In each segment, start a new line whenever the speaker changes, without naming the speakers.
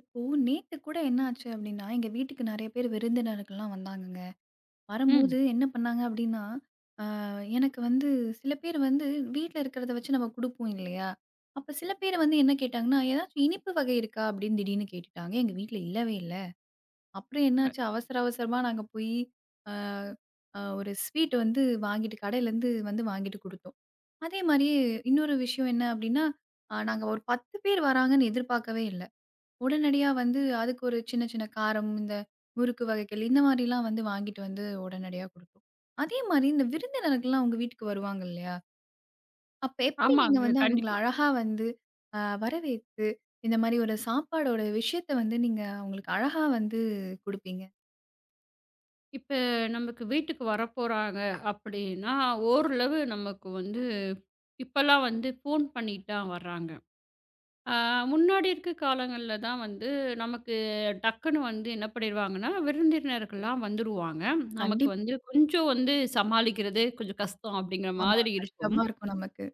இப்போ நேத்து கூட என்ன ஆச்சு அப்டின்னா, எங்க வீட்டுக்கு நெறைய பேர் விருந்தினர்கள்லாம் வந்தாங்கங்க.
ம்.
வரம்போது என்ன பண்ணாங்க அப்டின்னா, அ எனக்கு வந்து சில பேர் வந்து வீட்ல இருக்கிறத வச்சு நம்ம குடுப்போம் இல்லையா? அப்ப சில பேர் வந்து என்ன கேட்டாங்கன்னா, "ஏதாச்சும் இனிப்பு வகை இருக்கா?" அப்டின்னு திடீர்னு கேட்டுட்டாங்க. எங்க வீட்ல இல்லவே இல்ல. அப்புறம்
அ
என்னாச்சு அவசர அவசரமா நாங்க போய் அ அ ஒரு ஸ்வீட் வந்து வாங்கிட்டு கடையிலேருந்து வந்து வாங்கிட்டு குடுத்தோம். அதே மாரியே இன்னொரு விஷயம் என்ன அப்டின்னா, நாங்க ஒரு 10 பேர் வராங்கன்னு எதிர்பார்க்கவே இல்ல. உடனடியா வந்து அதுக்கு ஒரு சின்ன சின்ன காரம், இந்த முறுக்கு வகைகள் இந்த மாரிலாம் வந்து வாங்கிட்டு வந்து உடனடியா குடுப்போம். அதே மாரி இந்த விருந்தினர்கள்லாம் உங்க வீட்டுக்கு வருவாங்க இல்லையா? அப்ப எப்படி நீங்க
ஆமாங்க.
வந்து அவங்கள
கண்டிப்பா.
அழகா வந்து வரவேத்து, இந்த மாரி ஒரு சாப்பாடோட விஷயத்த வந்து நீங்க அவங்களுக்கு அழகா வந்து குடுப்பீங்க?
இப்ப நமக்கு வீட்டுக்கு வரப்போறாங்க அப்படின்னா, ஓரளவு நமக்கு வந்து இப்பல்லாம் வந்து ஃபோன் பண்ணிட்டு தான் வர்றாங்க. ஆ முன்னாடி இருக்க காலங்கள்ல தான் வந்து நமக்கு டக்குன்னு வந்து என்ன பண்ணிருவாங்கன்னா, விருந்தினர்கள்லாம் வந்துருவாங்க. நமக்கு
கண்டிப்
வந்து கொஞ்சம் வந்து சமாளிக்கிறது கொஞ்சம் கஷ்டம் அப்படிங்கிற
ஆமா.
மாதிரி இருக்கும்.
கஷ்டமா இருக்கும் நமக்கு.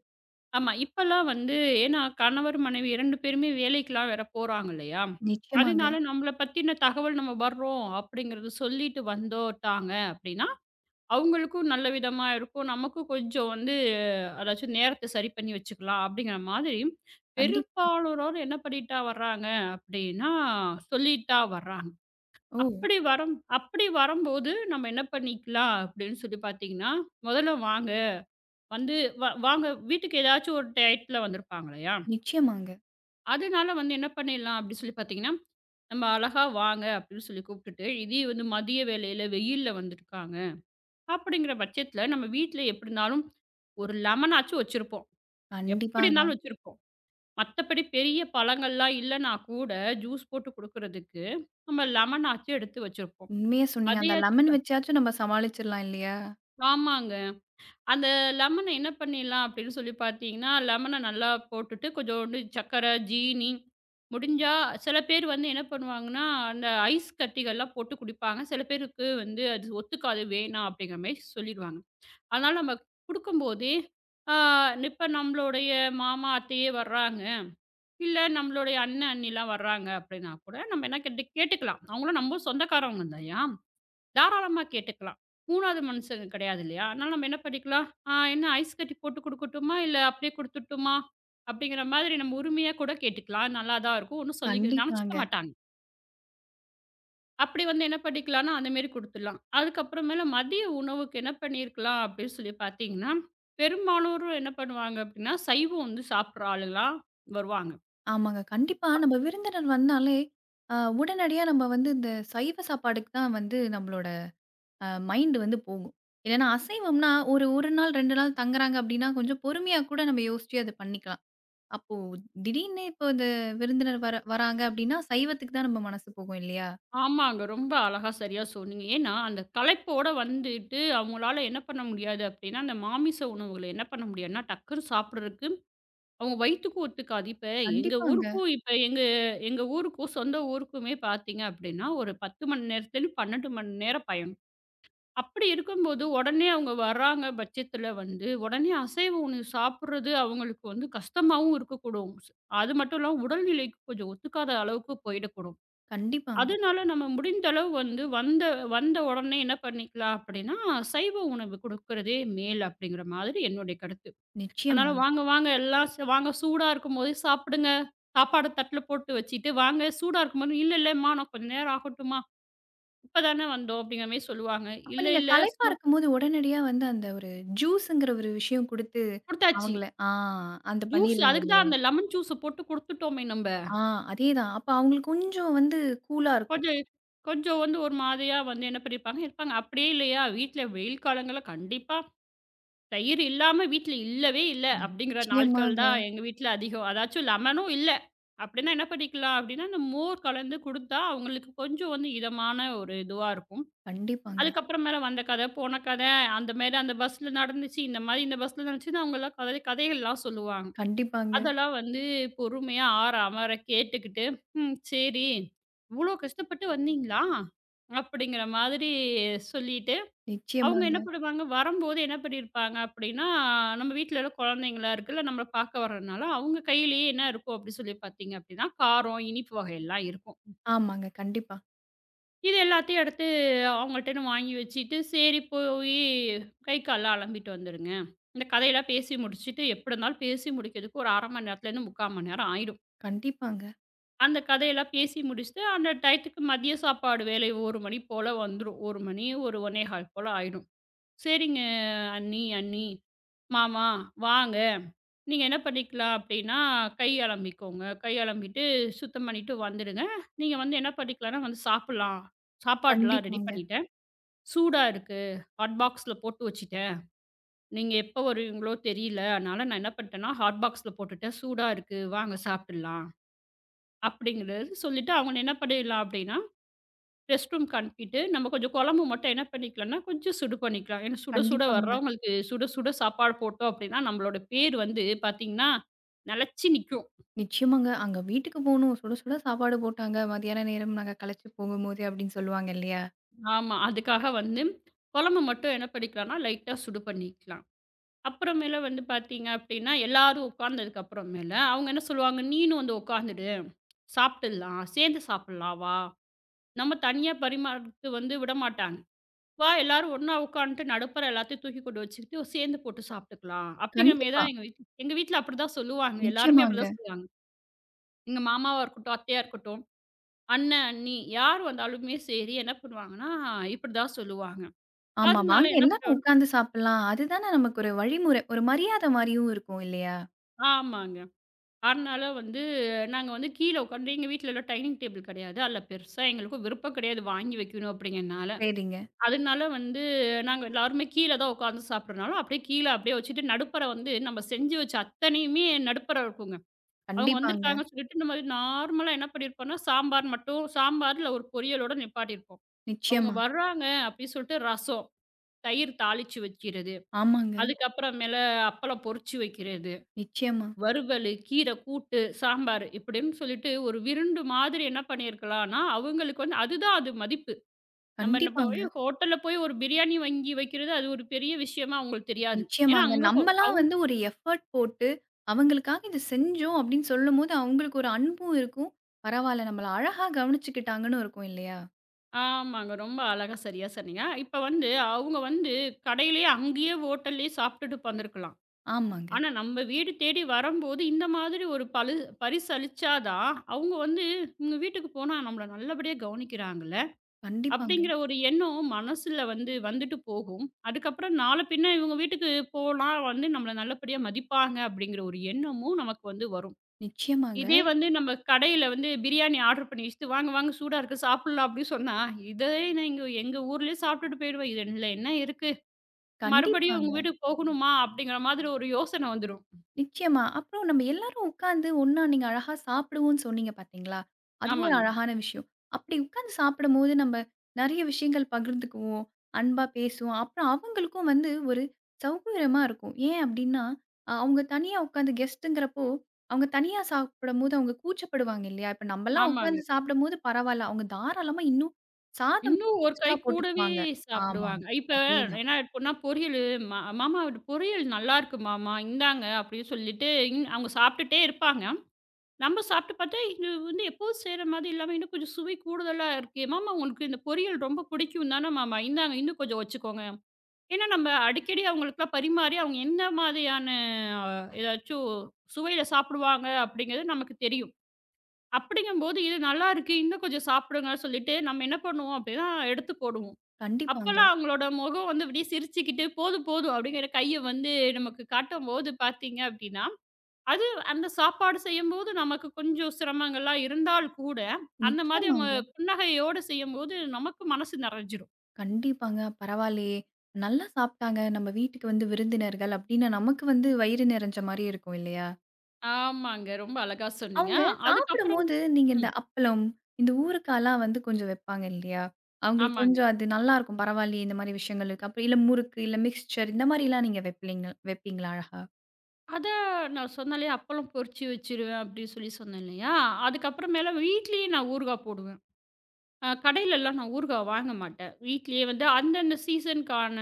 ஆமா. இப்பல்லாம் வந்து ஏன்னா கணவர், மனைவி 2 பேருமே வேலைக்குலாம் வேற போறாங்க இல்லையா?
நிச்சயமாங்க.
அதனால நம்மள பத்தின தகவல் நம்ம வர்றோம் அப்படிங்கிறது சொல்லிட்டு வந்துட்டாங்க அப்படின்னா, அவங்களுக்கும் நல்ல விதமா இருக்கும். நமக்கும் கொஞ்சம் வந்து அதாச்சும் நேரத்த சரி பண்ணி வச்சுக்கலாம் அப்படிங்கிற மாதிரி
கண்டிப்
பெரும்பாலோரோர் என்ன பண்ணிட்டா வர்றாங்க அப்படின்னா, சொல்லிட்டா வர்றாங்க.
ஓ!
அப்படி வரம்போது நம்ம என்ன பண்ணிக்கலாம் அப்படின்னு சொல்லி பார்த்தீங்கன்னா, முதல்ல வாங்க வந்து வாங்க வீட்டுக்கு ஏதாச்சும் ஒரு டயத்துல வந்திருப்பாங்க இல்லையா?
நிச்சயமாங்க.
அதனால வந்து என்ன பண்ணிடலாம் அப்டி சொல்லி பார்த்தீங்கன்னா, நம்ம அழகா வாங்க அப்டின்னு சொல்லி கூப்பிட்டுட்டு, இதே வந்து மதிய வேளையில வெயில்ல வந்திருக்காங்க. அப்டிங்கிற பட்சத்துல நம்ம வீட்ல எப்டி இருந்தாலும் ஒரு லெமன் ஆச்சும் வச்சிருப்போம். எப்டி
கண்டிப்பாங்க.
இருந்தாலும் வச்சிருப்போம். மத்தபடி பெரிய பழங்கள்லாம் இல்லனா கூட ஜூஸ் போட்டு குடுக்குறதுக்கு நம்ம லெமன் ஆச்சும் எடுத்து வச்சிருப்போம்.
உண்மையா சொன்னீங்க. அந்த
அதையாச்சும் க
லெமன் வச்சாச்சும் நம்ம சமாளிச்சிடலாம் இல்லையா?
ஆமாங்க. அந்த லெமன என்ன பண்ணிடலாம் அப்படின்னு சொல்லி பார்த்தீங்கன்னா, லெமன நல்லா போட்டுட்டு கொஞ்சோண்டு சர்க்கரை, ஜீனி முடிஞ்சா சில பேர் வந்து என்ன பண்ணுவாங்கன்னா, அந்த ஐஸ் கட்டிகள்லாம் போட்டு குடிப்பாங்க. சில பேருக்கு வந்து அது ஒத்துக்காது, வேணாம் அப்படிங்கிற மாரி சொல்லிடுவாங்க. அதனால நம்ம குடுக்கும்போதே, ஆ இப்ப நம்மளுடைய மாமா, அத்தையே வர்றாங்க, இல்ல நம்மளுடைய அண்ணன், அண்ணிலாம் வர்றாங்க அப்படின்னா கூட நம்ம என்ன கேட்டு கேட்டுக்கலாம். அவங்களும் நம்ம சொந்தக்காரவங்க இல்லையா? தாராளமா கேட்டுக்கலாம். 3வது மனுஷங்க கிடையாது இல்லையா? அதனால நம்ம என்ன பண்ணிக்கலாம், "ஆ என்ன ஐஸ் கட்டி போட்டு குடுக்கட்டுமா? இல்ல அப்படியே குடுத்துட்டுமா?" அப்படிங்கிற மாதிரி நம்ம உரிமையா கூட கேட்டுக்கலாம். நல்லா தான் இருக்கும். ஒண்ணும் சொல்லி நினைச்சுக்க
கண்டிப்பாங்க.
மாட்டாங்க. அப்படி வந்து என்ன பண்ணிக்கலாம்னா, அந்த மாரி குடுத்துடலாம். அதுக்கப்புறமேல மதிய உணவுக்கு என்ன பண்ணியிருக்கலாம் அப்படின்னு சொல்லி பார்த்தீங்கன்னா, பெரும்பாலோரும் என்ன பண்ணுவாங்க அப்படின்னா, சைவம் வந்து சாப்பிடுற ஆளுங்களா வருவாங்க.
ஆமாங்க. கண்டிப்பா நம்ம விருந்தினர் வந்தாலே, உடனடியா நம்ம வந்து இந்த சைவ சாப்பாடுக்கு தான் வந்து நம்மளோட மைண்ட் வந்து போகும். இல்லன்னா அசைவம்னா ஒரு 1 நாள் 2 நாள் தங்குறாங்க அப்டின்னா, கொஞ்சம் பொறுமையா கூட நம்ம யோசிச்சு அத பண்ணிக்கலாம். அப்போ திடீர்னு இப்போ இந்த விருந்தினர் வர வராங்க அப்டின்னா, சைவத்துக்கு தான் நம்ம மனசு போகும் இல்லையா?
ஆமாங்க. ரொம்ப அழகா சரியா சொன்னீங்க. ஏன்னா, அந்த களைப்போட வந்துட்டு அவங்களால என்ன பண்ண முடியாது அப்டின்னா, அந்த மாமிச உணவுகள என்ன பண்ண முடியாதுன்னா, டக்குன்னு சாப்பிடுறதுக்கு அவங்க வயித்துக்கு ஒத்துக்காது. இப்ப எங்க
கண்டிப்பாங்க,
ஊருக்கும் இப்ப எங்க எங்க ஊருக்கும் சொந்த ஊருக்குமே பார்த்தீங்க அப்டின்னா, ஒரு 10 மணி நேரத்துலேருந்து 12 மணி நேரம் பயணம். அப்படி இருக்கும்போது உடனே அவங்க வர்றாங்க பட்சத்தில வந்து, உடனே அசைவ உணவு சாப்பிடுறது அவங்களுக்கு வந்து கஷ்டமாவும் இருக்கக்கூடும். அது மட்டும் இல்லாம உடல்நிலைக்கு கொஞ்சம் ஒத்துக்காத அளவுக்கு போயிடக்கூடும்.
கண்டிப்பாங்க.
அதனால நம்ம முடிந்த அளவு வந்து வந்த வந்த உடனே என்ன பண்ணிக்கலாம் அப்படின்னா, சைவ உணவு குடுக்குறதே மேல் அப்படிங்கிற மாதிரி என்னுடைய கருத்து. அதனால
நிச்சயமாங்க.
வாங்க வாங்க எல்லாம் வாங்க சூடா இருக்கும்போதே சாப்பிடுங்க. சாப்பாடு தட்டுல போட்டு வச்சுட்டு, வாங்க சூடா இருக்கும்போது, "இல்ல இல்லம்மா நான் கொஞ்ச நேரம் ஆகட்டும்மா. இப்பதானே வந்தோம்." அப்படிங்கிற மாரி சொல்லுவாங்க.
அப்ப
"இல்ல
நீங்க
இல்ல
களைப்பா
சூடு
இருக்கும்போது உடனடியா வந்து அந்த ஒரு ஜூஸ்ங்கிற ஒரு விஷயம் குடுத்து
குடுத்தாச்சு.
அவங்கள அந்த
ஜூஸ்
பண்ணிருவீங்க
அதுக்கு தான்
இல்லையா?
அந்த லெமன் ஜூஸ போட்டு குடுத்துட்டோமே நம்ப."
ஆ அதேதான். அப்ப அவங்களுக்கு கொஞ்சம் வந்து கூலா இருக்கும்.
கொஞ்சம் கொஞ்சம் வந்து ஒரு மாதிரியா வந்து என்ன பண்ணியிருப்பாங்க, இருப்பாங்க. அப்படியே இல்லையா, வீட்ல வெயில் காலங்கள்ல கண்டிப்பா தயிர் இல்லாம வீட்ல இல்லவே இல்ல
ம்.
அப்படிங்கிற நாட்கள்
நிச்சயமாங்க,
தான் எங்க வீட்ல அதிகம். அதாச்சும் லெமனும் இல்ல. அப்படின்னா என்ன பண்ணிக்கலாம் அப்படின்னா, இந்த மோர் கலந்து குடுத்தா அவங்களுக்கு கொஞ்சம் வந்து இதமான ஒரு இதுவா இருக்கும்.
கண்டிப்பாங்க,
அதுக்கப்புறமேல வந்த கதை, போன கதை, அந்த மாரி அந்த பஸ்ல நடந்துச்சு, இந்த மாரி இந்த பஸ்ல நடந்துச்சுன்னு அவங்கலாம் கதை கதைகள்லாம் சொல்லுவாங்க.
கண்டிப்பாங்க,
அதெல்லாம் வந்து பொறுமையா ஆற அமர கேட்டுக்கிட்டு, "ம் சரி, இவ்ளோ கஷ்டப்பட்டு வந்தீங்களா?" அப்படிங்கிற மாதிரி சொல்லி அவங்க
நிச்சயமாங்க,
என்ன பண்ணுவாங்க, வரம்போது என்ன பண்ணியிருப்பாங்க அப்படின்னா, நம்ம வீட்ல இருக்க குழந்தைங்கலாம் இருக்குல்ல, நம்மள பார்க்க வர்றதுனால, அவங்க கையிலேயே என்ன இருக்கும் அப்படி சொல்லி பார்த்தீங்க அப்படின்னா, காரம், இனிப்பு வகையெல்லாம் இருக்கும்.
ஆமாங்க, கண்டிப்பா,
இது எல்லாத்தையும் எடுத்து அவங்கள்ட்டன்னு வாங்கி வச்சுட்டு, "சரி போய் கை கால்லாம் அலம்பிட்டு வந்துருங்க. இந்த கதையெல்லாம் பேசி முடிச்சுட்டு எப்படி இருந்தாலும் பேசி முடிக்கிறதுக்கு ஒரு 1/2 மணி நேரத்துலேருந்து 3/4 மணி நேரம் ஆயிடும்.
கண்டிப்பாங்க,
அந்த கதையெல்லாம் பேசி முடிச்சுட்டு, அந்த டயத்துக்கு மதிய சாப்பாடு வேலை 1 மணி போல வந்துரும். 1 மணி, ஒரு 1 1/4 போல ஆயிடும். சரிங்க அண்ணி, அண்ணி, மாமா வாங்க. நீங்க என்ன பண்ணிக்கலாம் அப்டின்னா, கை அலம்பிக்கோங்க. கை அலம்பிட்டு சுத்தம் பண்ணிட்டு வந்துடுங்க. நீங்க வந்து என்ன பண்ணிக்கலாம்னா வந்து சாப்பிடலாம். சாப்பாடுலாம் ரெடி
கண்டிப்பாங்க,
பண்ணிட்டேன். சூடா இருக்கு. ஹாட் பாக்ஸ்ல போட்டு வச்சுட்டேன். நீங்க எப்போ வருவீங்களோ தெரியல. அதனால நான் என்ன பண்ணிட்டேன்னா, ஹாட் பாக்ஸ்ல போட்டுட்டேன். சூடா இருக்கு. வாங்க சாப்பிடலாம். அப்டிங்கிறது சொல்லிட்டு அவங்க என்ன பண்ணிடலாம் அப்டின்னா ரெஸ்ட் ரூம்க்கு அனுப்பிட்டு, நம்ம கொஞ்சம் குழம்பு மட்டும் என்ன பண்ணிக்கலாம்னா, கொஞ்சம் சுடு பண்ணிக்கலாம். ஏன்னா சுட சுட
கண்டிப்பாங்க,
வர்றவங்களுக்கு சுட சுட சாப்பாடு போட்டோம் அப்படின்னா, நம்மளோட பேர் வந்து பார்த்தீங்கன்னா, நிலைச்சு நிக்கும்.
நிச்சயமாங்க. அங்க வீட்டுக்கு போணும். சுட சுட சாப்பாடு போட்டாங்க. மதியான நேரம் நாங்க களைச்சு போகும்போது அப்படின்னு சொல்லுவாங்க இல்லையா?
ஆமா. அதுக்காக வந்து குழம்பு மட்டும் என்ன பண்ணிக்கலாம்னா, லைட்டா சுடு பண்ணிக்கலாம். அப்புறமேல வந்து பார்த்தீங்க அப்படின்னா, எல்லாரும் உட்கார்ந்ததுக்கு அப்புறமேல, அவங்க என்ன சொல்லுவாங்க, "நீனும் வந்து உட்காந்துடு. சாப்பிட்டுடலாம். சேர்ந்து சாப்பிடலாம் வா." நம்ம தனியா பரிமாறதுக்கு வந்து விடமாட்டாங்க. வா எல்லாரும் ஒண்ணா உட்காந்துட்டு நடுப்புற எல்லாத்தையும் தூக்கி கொண்டு வச்சுக்கிட்டு சேர்ந்து போட்டு சாப்பிட்டுக்கலாம். அப்படிங்கிற மாரி
கண்டிப்பா,
தான் எங்க வீட்ல அப்படிதான் சொல்லுவாங்க. எல்லாருமே
நிச்சயமாங்க.
அப்படிதான் சொல்லுவாங்க. எங்க மாமாவா இருக்கட்டும், அத்தையா இருக்கட்டும், அண்ணன், அண்ணி யார் வந்தாலுமே சரி என்ன பண்ணுவாங்கன்னா, இப்படிதான் சொல்லுவாங்க.
ஆமா,
அதனால
வாங்க
என்ன
எல்லாரும்
பண்ணுவோம்.
உட்கார்ந்து சாப்பிடலாம். அதுதானே நமக்கு ஒரு வழிமுறை. ஒரு மரியாதை மாரியும் இருக்கும் இல்லையா?
ஆமாங்க. அதனால வந்து நாங்க வந்து கீழ உட்காந்து எங்க வீட்லலாம் டைனிங் டேபிள் கிடையாது. அதில பெருசா எங்களுக்கும் விருப்பம் கிடையாது வாங்கி வைக்கணும் அப்படிங்கிறனால.
சரிங்க.
அதனால வந்து நாங்க எல்லாருமே கீழ தான் உட்காந்து சாப்பிடுறனால, அப்படியே கீழ அப்படியே வச்சுட்டு நடுப்பற வந்து நம்ம செஞ்சு வச்ச அத்தனையுமே நடுப்பற இருக்குங்க. அவங்க
கண்டிப்பாங்க,
வந்திருக்காங்கன்னு சொல்லிட்டு நம்ம நார்மலா என்ன பண்ணியிருப்போம்னா, சாம்பார் மட்டும் சாம்பார்ல ஒரு பொரியலோட நிப்பாட்டியிருப்போம். அவங்க
நிச்சயமா,
வர்றாங்க அப்படின்னு சொல்லிட்டு ரசம், தயிர் தாளிச்சு வைக்கிறது,
ஆமாங்க,
அதுக்கப்புறமேல அப்பளம் பொரிச்சு வைக்கிறது,
நிச்சயமா,
வறுவலு, கீரை கூட்டு, சாம்பார் இப்படின்னு சொல்லிட்டு ஒரு விருந்து மாதிரி என்ன பண்ணியிருக்கலாம்னா, அவங்களுக்கு வந்து அதுதான் அது மதிப்பு. நம்ம என்ன
கண்டிப்பாங்க.
போய் ஹோட்டல்ல போய் ஒரு பிரியாணி வாங்கி வைக்கிறது, அது ஒரு பெரிய விஷயமா அவங்களுக்கு தெரியாது. ஏன்னா
நிச்சயமாங்க.
அங்க ஹோ
நம்மளா வந்து ஒரு எஃபோர்ட் போட்டு, அவங்களுக்காக இத செஞ்சோம் அப்டின்னு சொல்லும்போது, அவங்களுக்கு ஒரு அன்பும் இருக்கும். பரவால்ல நம்மள அழகா கவனிச்சுக்கிட்டாங்கன்னு இருக்கும் இல்லையா?
ஆமாங்க. ரொம்ப அழகா சரியா சொன்னீங்க. இப்ப வந்து அவங்க வந்து கடையிலேயே அங்கேயே ஹோட்டல்லயே சாப்பிட்டுட்டு உட்காந்துருக்கலாம்.
ஆமாங்க.
ஆனா நம்ம வீடு தேடி வரம்போது, இந்த மாதிரி ஒரு பரிசு அளிச்சா தான், அவங்க வந்து இவங்க வீட்டுக்கு போனா நம்மள நல்லபடியா கவனிக்கிறாங்கல்ல,
கண்டிப்பாங்க.
அப்படிங்கிற ஒரு எண்ணம் மனசுல வந்து வந்துட்டு போகும். அதுக்கப்புறம் நாள பின்ன இவங்க வீட்டுக்கு போலாம் வந்து நம்மள நல்லபடியா மதிப்பாங்க அப்படிங்கிற ஒரு எண்ணமும் நமக்கு வந்து வரும்.
நிச்சயமாங்க.
இதே வந்து நம்ம கடையில வந்து பிரியாணி ஆர்டர் பண்ணி வச்சுட்டு, "வாங்க, வாங்க சூடா இருக்கு சாப்பிடலாம்" அப்படின்னு சொன்னா, "இதே நீங்க எங்க ஊர்லயே சாப்பிட்டுட்டு போயிடுவேன். இதுல என்ன இருக்கு? மறுபடியும் உங்க
கண்டிப்பாங்க.
வீட்டுக்கு போகணுமா?" அப்படிங்கிற மாதிரி ஒரு யோசனை வந்துரும்.
நிச்சயமா. அப்புறம் நம்ம எல்லாரும் உட்காந்து ஒண்ணா நீங்க அழகா சாப்பிடுவோம்ன்னு சொன்னீங்க பார்த்தீங்களா? அதுவும் ஒரு
ஆமாங்க,
அழகான விஷயம். அப்படி உட்காந்து சாப்பிடும்போது நம்ம நெறைய விஷயங்கள் பகிர்ந்துக்குவோம், அன்பா பேசுவோம். அப்புறம் அவங்களுக்கும் வந்து ஒரு சௌகரியமா இருக்கும். ஏன் அப்படின்னா, அவங்க தனியா உட்காந்து கெஸ்ட்டுங்கிறப்போ, அவங்க தனியா சாப்பிடும்போது அவங்க கூச்சப்படுவாங்க இல்லையா? இப்ப நம்மலாம்
ஆமாங்க.
உட்காந்து சாப்பிடும்போது பரவால்ல. அவங்க தாராளமா இன்னும் சாதம்
இன்னும் ஒரு கை
எக்ஸ்ட்ரா
கூடவே
போட்டுக்குவாங்க. ஆமாங்க.
சாப்பிடுவாங்க. இப்ப
அதேதான்.
என்ன ஆயிடும்னா, பொரியலு "மா மாமா பொரியல் நல்லாருக்கு மாமா, இந்தாங்க" அப்படின்னு சொல்லிட்டு அவங்க சாப்பிட்டுட்டே இருப்பாங்க. நம்ம சாப்பிட்டு பார்த்தா, இது வந்து எப்போதும் செய்ற மாதிரி இல்லாம, இன்னும் கொஞ்சம் சுவை கூடுதலா இருக்கே! மாமா உங்களுக்கு இந்த பொரியல் ரொம்ப பிடிக்கும் தானே மாமா? இந்தாங்க இன்னும் கொஞ்சம் வச்சுக்கோங்க. ஏன்னா, நம்ம அடிக்கடி அவங்களுக்குலாம் பரிமாறி, அவங்க என்ன மாதிரியான அ ஏதாச்சும் சுவையில சாப்பிடுவாங்க அப்படிங்கிறது நமக்கு தெரியும். அப்படிங்கும்போது, "இது நல்லாயிருக்கு, இன்னும் கொஞ்சம் சாப்பிடுங்க" சொல்லிட்டு நம்ம என்ன பண்ணுவோம் அப்படின்னா, எடுத்து போடுவோம்.
கண்டிப்பாங்க.
அப்பலாம் அவங்களோட முகம் வந்து அப்படியே சிரிச்சுக்கிட்டு, "போதும், போதும்" அப்படிங்கிற கைய வந்து நமக்கு காட்டும்போது பார்த்தீங்க அப்படின்னா அது அந்த சாப்பாடு செய்யும்போது நமக்கு கொஞ்சம் சிரமங்கள்லாம் இருந்தால் கூட, அந்த மாதிரி அவங்க
நிச்சயமாங்க.
புன்னகையோட செய்யும்போது நமக்கு மனசு நெறஞ்சிரும்.
கண்டிப்பாங்க. பரவாயில்லயே! நல்லா சாப்பிட்டாங்க. நம்ம வீட்டுக்கு வந்து விருந்தினர்கள் அப்டின்னா, நமக்கு வந்து வயிறு நெறஞ்ச மாரி இருக்கும் இல்லையா?
ஆமாங்க. ரொம்ப அழகா சொன்னீங்க.
அவங்க
அதுக்கப்புறம்
சாப்பிடும்போது நீங்க இந்த
ம்.
அப்பளம், இந்த ஊறுகாலாம் வந்து கொஞ்சம் வைப்பாங்க இல்லையா? அவங்களுக்கு
ஆமாங்க.
கொஞ்சம் அது நல்லாருக்கும். பரவாயில்லயே! இந்த மாரி விஷயங்கள் இருக்கு. அப்புறம் இல்ல முறுக்கு, இல்ல மிக்ஸ்சர் இந்த மாரிலாம் நீங்க வைப்பீங்களா? வைப்பீங்களா அழகா?
அத நான் சொன்னேன் இல்லையா, அப்பளம் பொரிச்சு வச்சுருவேன் அப்படின்னு சொல்லி சொன்னேன் இல்லையா, அதுக்கப்புறமேல வீட்லயே நான் ஊறுகாய் போடுவேன். கடையிலலாம் நான் ஊறுகாய் வாங்க மாட்டேன். வீட்லயே வந்து அந்தந்த சீசனுக்கான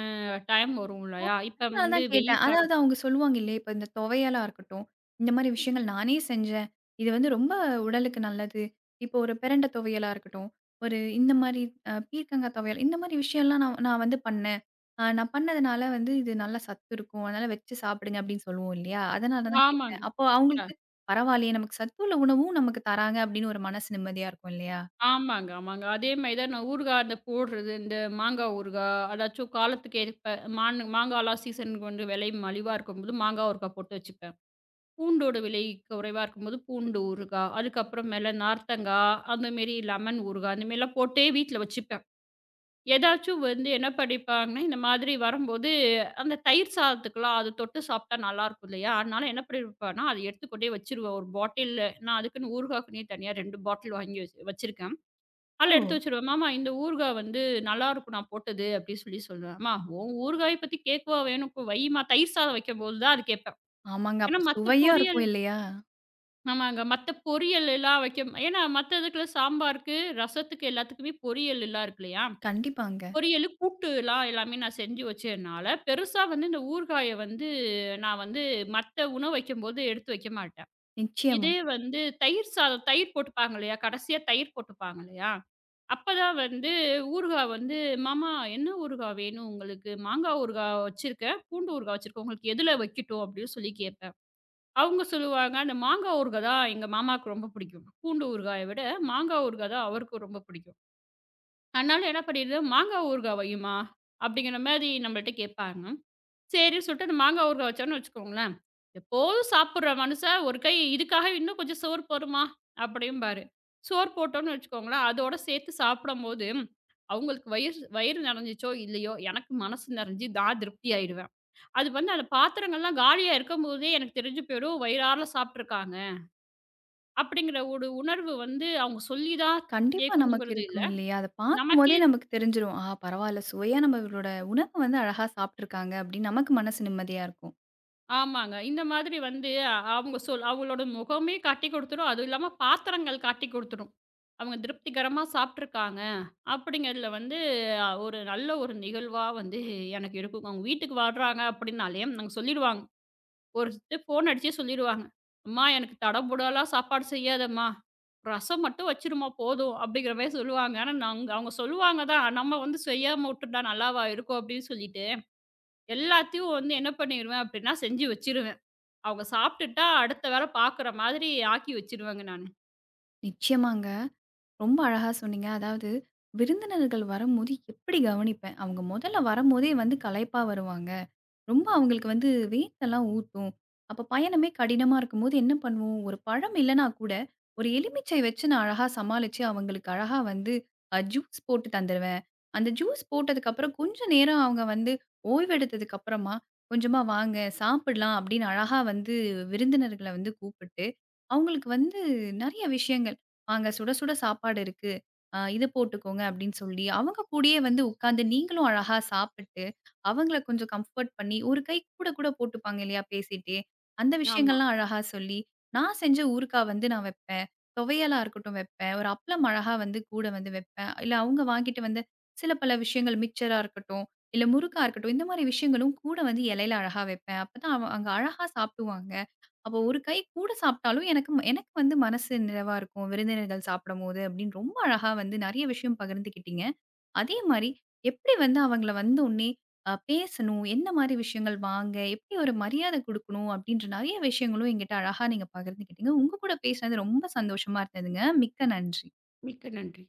டைம் வரும்
ஓ!
இல்லையா, இப்ப
அதனால
வந்து
தான் கேட்டேன்.
வெயில் காலம்.
அதாவது அவங்க சொல்லுவாங்க இல்லையா, இப்ப இந்த துவையலா இருக்கட்டும், இந்த மாரி விஷயங்கள் நானே செஞ்சேன். இது வந்து ரொம்ப உடலுக்கு நல்லது. இப்போ ஒரு பிரண்ட துவையலா இருக்கட்டும், ஒரு இந்த மாரி பீர்க்கங்கா துவையல், இந்த மாரி விஷயம்லாம் நான் நான் வந்து பண்ணேன். நான் பண்ணதுனால வந்து இது நல்ல சத்து இருக்கும். அதனால வச்சு சாப்பிடுங்க அப்படின்னு சொல்லுவோம் இல்லையா? அதனால தான் கேட்டேன்.
ஆமாங்க.
அப்போ அவங்களுக்கு பரவாயில்லையே நமக்கு சத்துள்ள உணவும் நமக்கு தராங்க அப்படின்னு ஒரு மனசு நிம்மதியா இருக்கும் இல்லையா?
ஆமாங்க, ஆமாங்க. அதே மாரி தான் நான் ஊறுகாய் அந்த போடுறது, இந்த மாங்காய் ஊறுகாய், அதாச்சும் காலத்துக்கு ஏற்ப மான் மாங்காய்லாம் சீசனுக்கு வந்து விலை மலிவா இருக்கும்போது, மாங்காய் ஊறுகாய் போட்டு வச்சுப்பேன். பூண்டோட விலை குறைவா இருக்கும்போது, பூண்டு ஊறுகாய், அதுக்கப்புறமேல நார்த்தங்காய், அந்த மாரி லெமன் ஊறுகாய், அந்த மாரிலாம் போட்டே வீட்ல வச்சுப்பேன். ஏதாச்சும் வந்து என்ன பண்ணிப்பாங்கன்னா, இந்த மாதிரி வரும்போது, அந்த தயிர் சாதத்துக்குலாம் அது தொட்டு சாப்பிட்டா நல்லாயிருக்கும் இல்லையா? அதனால என்ன பண்ணியிருப்பேன்னா, அத எடுத்து கொண்டே வச்சுருவேன் ஒரு பாட்டில்ல. நான் அதுக்குன்னு ஊறுகாய்க்குன்னே தனியா 2 பாட்டில் வாங்கி வச்சிருக்கேன். அதில எடுத்து
ஓ!
வச்சுருவேன். மாமா இந்த ஊறுகாய் வந்து நல்லாருக்கும் நான் போட்டது அப்படின்னு சொல்லி சொல்லுவேன். அம்மா உன் ஊறுகாய பத்தி கேட்கவா வேணும் இப்ப வைம்மா தயிர் சாதம் வைக்கும்போது தான் அது கேட்பேன்.
ஆமாங்க.
ஏன்னா
அப்ப
மத்த
சுவையா
பொரியல்
இருக்கும் இல்லையா?
ஆமாங்க. மத்த பொரியல் எல்லாம் வைக்க ஏன்னா மத்த இதுக்குள்ள சாம்பாருக்கு, ரசத்துக்கு எல்லாத்துக்குமே பொரியல் எல்லாம் இருக்கு இல்லையா?
கண்டிப்பாங்க.
பொரியலு, கூட்டுலாம் எல்லாமே நான் செஞ்சு வச்சதுனால, பெருசா வந்து இந்த ஊறுகாய வந்து நான் வந்து மத்த உணவு வைக்கும்போது எடுத்து வைக்க மாட்டேன்.
நிச்சயமா.
இதே வந்து தயிர் சாதம் தயிர் போட்டுப்பாங்க இல்லையா? கடைசியா தயிர் போட்டுப்பாங்க இல்லையா? அப்பதான் வந்து ஊறுகாய் வந்து, "மாமா என்ன ஊறுகாய் வேணும் உங்களுக்கு? மாங்காய் ஊறுகாய் வச்சிருக்கேன், பூண்டு ஊறுகாய் வச்சிருக்கேன். உங்களுக்கு எதுல வைக்கட்டும்?" அப்படின்னு சொல்லி கேட்பேன். அவங்க சொல்லுவாங்க, "அந்த மாங்காய் ஊறுகாய் தான் எங்க மாமாவுக்கு ரொம்ப பிடிக்கும். பூண்டு ஊறுகாய விட மாங்காய் ஊறுகாய் தான் அவருக்கு ரொம்ப பிடிக்கும். அதனால என்ன பண்ணிடுவேன், மாங்காய் ஊறுகாய் வையுமா" அப்படிங்கிற மாரி நம்மள்ட்ட கேட்பாங்க. சரின்னு சொல்லிட்டு அந்த மாங்காய் ஊறுகாய் வச்சோன்னு வச்சுக்கோங்களேன், எப்போதும் சாப்பிடுற மனுஷன் ஒரு கை இதுக்காக இன்னும் கொஞ்சம் சோறு போடுமா அப்படிம்பாரு. சோறு போட்டோம்னு வச்சுக்கோங்களேன், அதோட சேர்த்து சாப்பிடும்போது அவங்களுக்கு வயிறு வயிறு நெறஞ்சிச்சோ இல்லையோ, எனக்கு மனசு நெறஞ்சு நான் திருப்தி ஆயிடுவேன். அது வந்து அந்த பாத்திரங்கள்லாம் காலியா இருக்கும்போதே எனக்கு தெரிஞ்சு போயிடும், வயிறார சாப்ட்டுருக்காங்க. அப்படிங்கிற ஒரு உணர்வு வந்து அவங்க சொல்லி தான்
கண்டிப்பா நமக்கு
கேட்கணுங்கிறது இல்ல.
இருக்கும் இல்லையா? அத பார்க்கும்போதே
நமக்கே
நமக்கு தெரிஞ்சிரும். பரவால்ல. சுவையா நம்ம இவரோட உணவ வந்து அழகா சாப்ட்டுருக்காங்க அப்படின்னு நமக்கு மனசு நிம்மதியா இருக்கும்.
ஆமாங்க. இந்த மாதிரி வந்து அவங்களோட முகமே காட்டிக் குடுத்துரும். அதுவும் இல்லாம பாத்திரங்கள் காட்டிக் குடுத்துரும். அவங்க திருப்திகரமா சாப்ட்டுருக்காங்க. அப்படிங்கிறதுல வந்து ஒரு நல்ல ஒரு நிகழ்வா வந்து எனக்கு இருக்கும். அவங்க வீட்டுக்கு வர்றாங்க அப்படின்னாலே நாங்க சொல்லிருவாங்க. ஒரு ஃபோன் அடிச்சே சொல்லிருவாங்க. "அம்மா எனக்கு தடபுடலா சாப்பாடு செய்யாதம்மா. ரசம் மட்டும் வச்சுரும்மா போதும்." அப்படிங்கிற மாரி சொல்லுவாங்க. ஆனா நாங்க அவங்க சொல்லுவாங்க தான். நம்ம வந்து செய்யாம விட்டுட்டா நல்லாவா இருக்கும் அப்படின்னு சொல்லிட்டு, எல்லாத்தையும் வந்து என்ன பண்ணிருவேன் அப்படின்னா செஞ்சு வச்சிருவேன். அவங்க சாப்பிட்டுட்டா, அடுத்த வேல பாக்குற மாதிரி ஆக்கி வச்சுருவேங்க நானு.
நிச்சயமாங்க. ரொம்ப அழகா சொன்னீங்க. அதாவது விருந்தினர்கள் வரும்போது எப்படி கவனிப்பேன்? அவங்க முதல்ல வரும்போதே வந்து களைப்பா வருவாங்க. ரொம்ப அவங்களுக்கு வந்து வேர்த்தெல்லாம் ஊத்தும். அப்ப பயணமே கடினமா இருக்கும்போது என்ன பண்ணுவோம், ஒரு பழம் இல்லன்னா கூட, ஒரு எலுமிச்சை வச்சு நான் அழகா சமாளிச்சு அவங்களுக்கு அழகா வந்து ஜூஸ் போட்டு தந்துருவேன். அந்த ஜூஸ் போட்டதுக்கப்புறம் கொஞ்ச நேரம் அவங்க வந்து ஓய்வெடுத்ததுக்கு அப்புறமா, "கொஞ்சமா வாங்க, சாப்பிடலாம்" அப்படின்னு அழகா வந்து விருந்தினர்கள வந்து கூப்பிட்டு, அவங்களுக்கு வந்து நெறைய விஷயங்கள், "வாங்க சுட சுட சாப்பாடு இருக்கு. இது போட்டுக்கோங்க" அப்படின்னு சொல்லி, அவங்க கூடயே வந்து உட்காந்து நீங்களும் அழகா சாப்பிட்டு அவங்கள கொஞ்சம் கம்ஃபோர்ட் பண்ணி, ஒரு கை கூட கூட போட்டுப்பாங்க இல்லையா பேசிட்டே! அந்த
ஆமா.
விஷயங்கள்லாம் அழகா சொல்லி, நான் செஞ்ச ஊறுகா வந்து நான் வைப்பேன். துவையலா இருக்கட்டும் வைப்பேன். ஒரு அப்பளம் அழகா வந்து கூட வந்து வைப்பேன். இல்ல அவங்க வாங்கிட்டு வந்து சில பல விஷயங்கள் மிக்சரா இருக்கட்டும், இல்ல முறுக்கா இருக்கட்டும், இந்த மாரி விஷயங்களும் கூட வந்து இலையில அழகா வைப்பேன். அப்பதான் அவங்க அழகா சாப்பிடுவாங்க. அப்போ ஒரு கை கூட சாப்பிட்டாலும் எனக்கு எனக்கு வந்து மனசு நிறைவா இருக்கும். விருந்தினர்கள் சாப்பிடும்போது அப்படின்னு ரொம்ப அழகா வந்து நெறைய விஷயம் பகிர்ந்துக்கிட்டீங்க. அதே மாரி எப்படி வந்து அவங்கள வந்தோனே பேசணும், என்ன மாரி விஷயங்கள் வாங்க, எப்படி ஒரு மரியாதை குடுக்கணும் அப்படின்ற நெறைய விஷயங்களும் என்கிட்ட அழகா நீங்க பகிர்ந்துக்கிட்டீங்க. உங்க கூட பேசினது ரொம்ப சந்தோஷமா இருந்ததுங்க. மிக்க நன்றி.
மிக்க நன்றி.